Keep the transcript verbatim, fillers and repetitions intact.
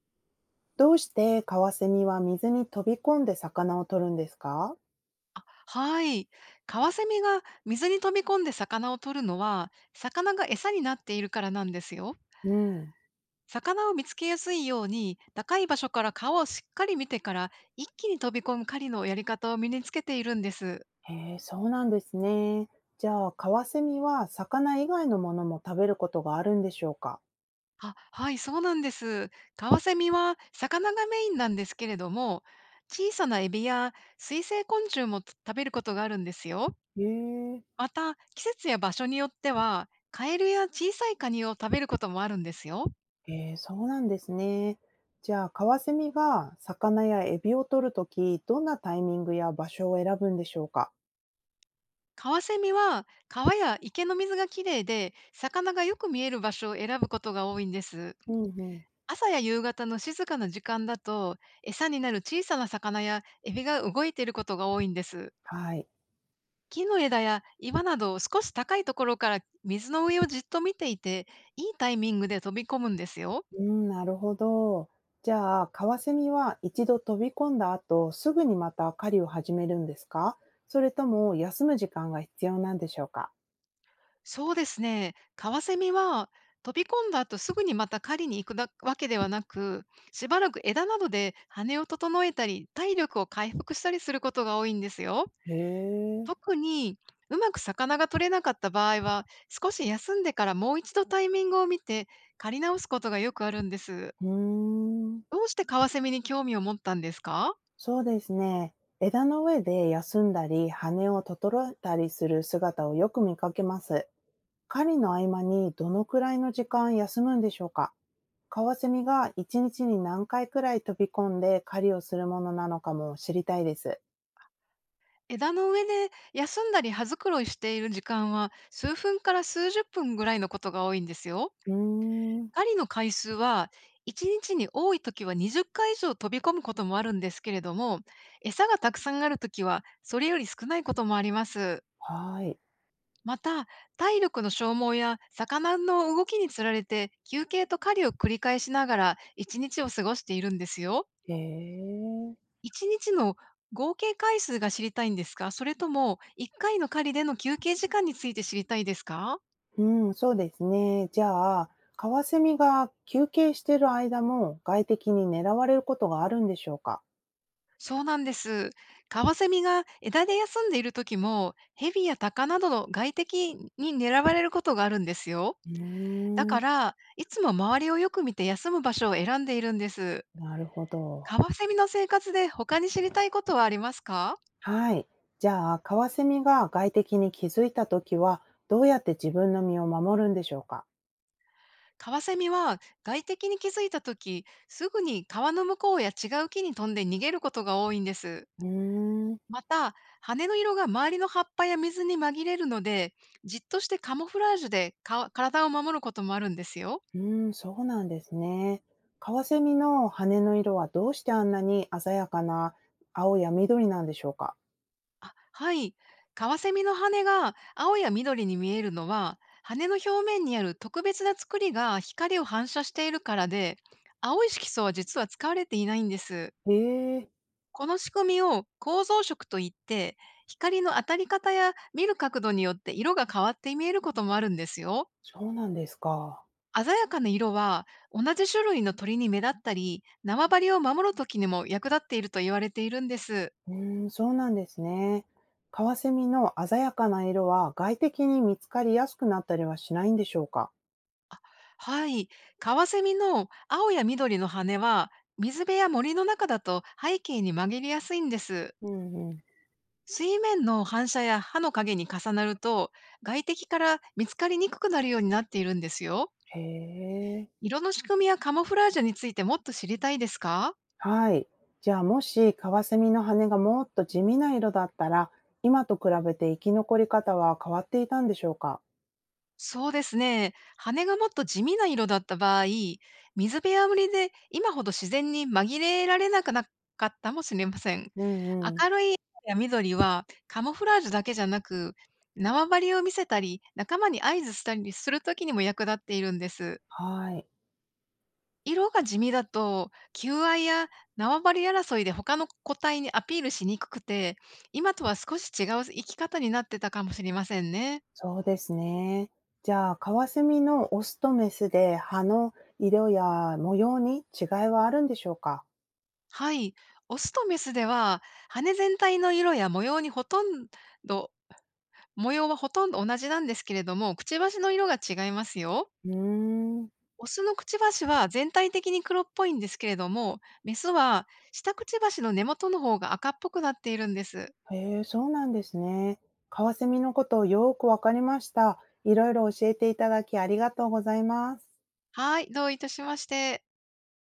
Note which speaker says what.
Speaker 1: どうしてカワセミは水に飛び込んで魚を取るんですか？
Speaker 2: はい。カワセミが水に飛び込んで魚を取るのは、魚が餌になっているからなんですよ。
Speaker 1: うん。
Speaker 2: 魚を見つけやすいように、高い場所から顔をしっかり見てから、一気に飛び込む狩りのやり方を身につけているんです。
Speaker 1: へえ、そうなんですね。じゃあ、カワセミは魚以外のものも食べることがあるんでしょうか？
Speaker 2: あ、はい、そうなんです。カワセミは魚がメインなんですけれども、小さなエビや水生昆虫も食べることがあるんですよ。
Speaker 1: へえ、
Speaker 2: また、季節や場所によっては、カエルや小さいカニを食べることもあるんですよ。
Speaker 1: へえ、そうなんですね。じゃあ、カワセミが魚やエビを取るとき、どんなタイミングや場所を選ぶんでしょうか？
Speaker 2: カワセミは川や池の水がきれいで、魚がよく見える場所を選ぶことが多いんです。
Speaker 1: うんうん。
Speaker 2: 朝や夕方の静かな時間だと、餌になる小さな魚やエビが動いていることが多いんです。
Speaker 1: はい。
Speaker 2: 木の枝や岩など少し高いところから水の上をじっと見ていて、いいタイミングで飛び込むんですよ。
Speaker 1: うん、なるほど。じゃあ、カワセミは一度飛び込んだ後、すぐにまた狩りを始めるんですか？それとも休む時間が必要なんでしょうか？
Speaker 2: そうですね。カワセミは飛び込んだ後すぐにまた狩りに行くだわけではなく、しばらく枝などで羽を整えたり、体力を回復したりすることが多いんですよ。
Speaker 1: へえ、
Speaker 2: 特にうまく魚が取れなかった場合は、少し休んでからもう一度タイミングを見て狩り直すことがよくあるんです。
Speaker 1: うーん、
Speaker 2: どうしてカワセミに興味を持ったんですか？
Speaker 1: そうですね。枝の上で休んだり、羽を整えたりする姿をよく見かけます。狩りの合間にどのくらいの時間休むんでしょうか？カワセミが一日に何回くらい飛び込んで狩りをするものなのかも知りたいです。
Speaker 2: 枝の上で休んだり葉づくろいしている時間は数分から数十分ぐらいのことが多いんですよ。
Speaker 1: うーん。
Speaker 2: 狩りの回数はいちにちにちに多い時はにじゅっかい以上飛び込むこともあるんですけれども、餌がたくさんある時はそれより少ないこともあります。
Speaker 1: はい。
Speaker 2: また、体力の消耗や魚の動きにつられて休憩と狩りを繰り返しながら一日を過ごしているんですよ。
Speaker 1: へえ。
Speaker 2: 一日の合計回数が知りたいんですか？それともいっかいの狩りでの休憩時間について知りたいですか？
Speaker 1: うん、そうですね。じゃあ、カワセミが休憩している間も外敵に狙われることがあるんでしょうか？
Speaker 2: そうなんです。カワセミが枝で休んでいる時も、ヘビやタカなどの外敵に狙われることがあるんですよ。
Speaker 1: うー
Speaker 2: だか
Speaker 1: ん、
Speaker 2: ら、いつも周りをよく見て休む場所を選んでいるんです。
Speaker 1: なるほ
Speaker 2: カ
Speaker 1: ど。
Speaker 2: ワセミの生活で他に知りたいことはありますか？
Speaker 1: はい。じゃあ、カワセミが外敵に気づいたときは、どうやって自分の身を守るんでしょうか？
Speaker 2: カワセミは外敵に気づいた時すぐに川の向こうや違う木に飛んで逃げることが多いんです。
Speaker 1: うーん、う
Speaker 2: また、羽の色が周りの葉っぱや水に紛れるので、じっとしてカモフラージュでか体を守ることもあるんですよ。
Speaker 1: ーん、そうなんですね。カワセミの羽の色はどうしてあんなに鮮やかな青や緑なんでしょうか？
Speaker 2: あ、はい。カワセミの羽が青や緑に見えるのは、羽の表面にある特別な作りが光を反射しているからで、青い色素は実は使われていないんです。
Speaker 1: へえ、
Speaker 2: この仕組みを構造色といって、光の当たり方や見る角度によって色が変わって見えることもあるんですよ。
Speaker 1: そうなんですか。
Speaker 2: 鮮やかな色は同じ種類の鳥に目立ったり、縄張りを守る時にも役立っていると言われているんです。
Speaker 1: うーん、そうなんですね。カワセミの鮮やかな色は外敵に見つかりやすくなったりはしないんでしょうか？
Speaker 2: はい。カワセミの青や緑の羽は、水辺や森の中だと背景に紛れやすいんです。
Speaker 1: うんうん。
Speaker 2: 水面の反射や歯の影に重なると、外敵から見つかりにくくなるようになっているんですよ。
Speaker 1: へえ。
Speaker 2: 色の仕組みやカモフラージュについてもっと知りたいですか？
Speaker 1: はい。じゃあもしカワセミの羽がもっと地味な色だったら、今と比べて生き残り方は変わっていたんでしょうか？
Speaker 2: そうですね。羽がもっと地味な色だった場合、水辺や森で今ほど自然に紛れられなくなかったかもしれません。
Speaker 1: うんうん。
Speaker 2: 明るい赤や緑はカモフラージュだけじゃなく、縄張りを見せたり、仲間に合図したりするときにも役立っているんです。
Speaker 1: はい。
Speaker 2: 色が地味だと、求愛や縄張り争いで他の個体にアピールしにくくて、今とは少し違う生き方になってたかもしれませんね。
Speaker 1: そうですね。じゃあカワセミのオスとメスで葉の色や模様に違いはあるんでしょうか？
Speaker 2: はい。オスとメスでは、羽全体の色や模様にほとんど、模様はほとんど同じなんですけれども、くちばしの色が違いますよ。
Speaker 1: うーん。
Speaker 2: オスのくちばしは全体的に黒っぽいんですけれども、メスは下くちばしの根元の方が赤っぽくなっているんです。
Speaker 1: へえ、そうなんですね。カワセミのことをよーくわかりました。いろいろ教えていただきありがとうございます。
Speaker 2: はい、どういたしまして。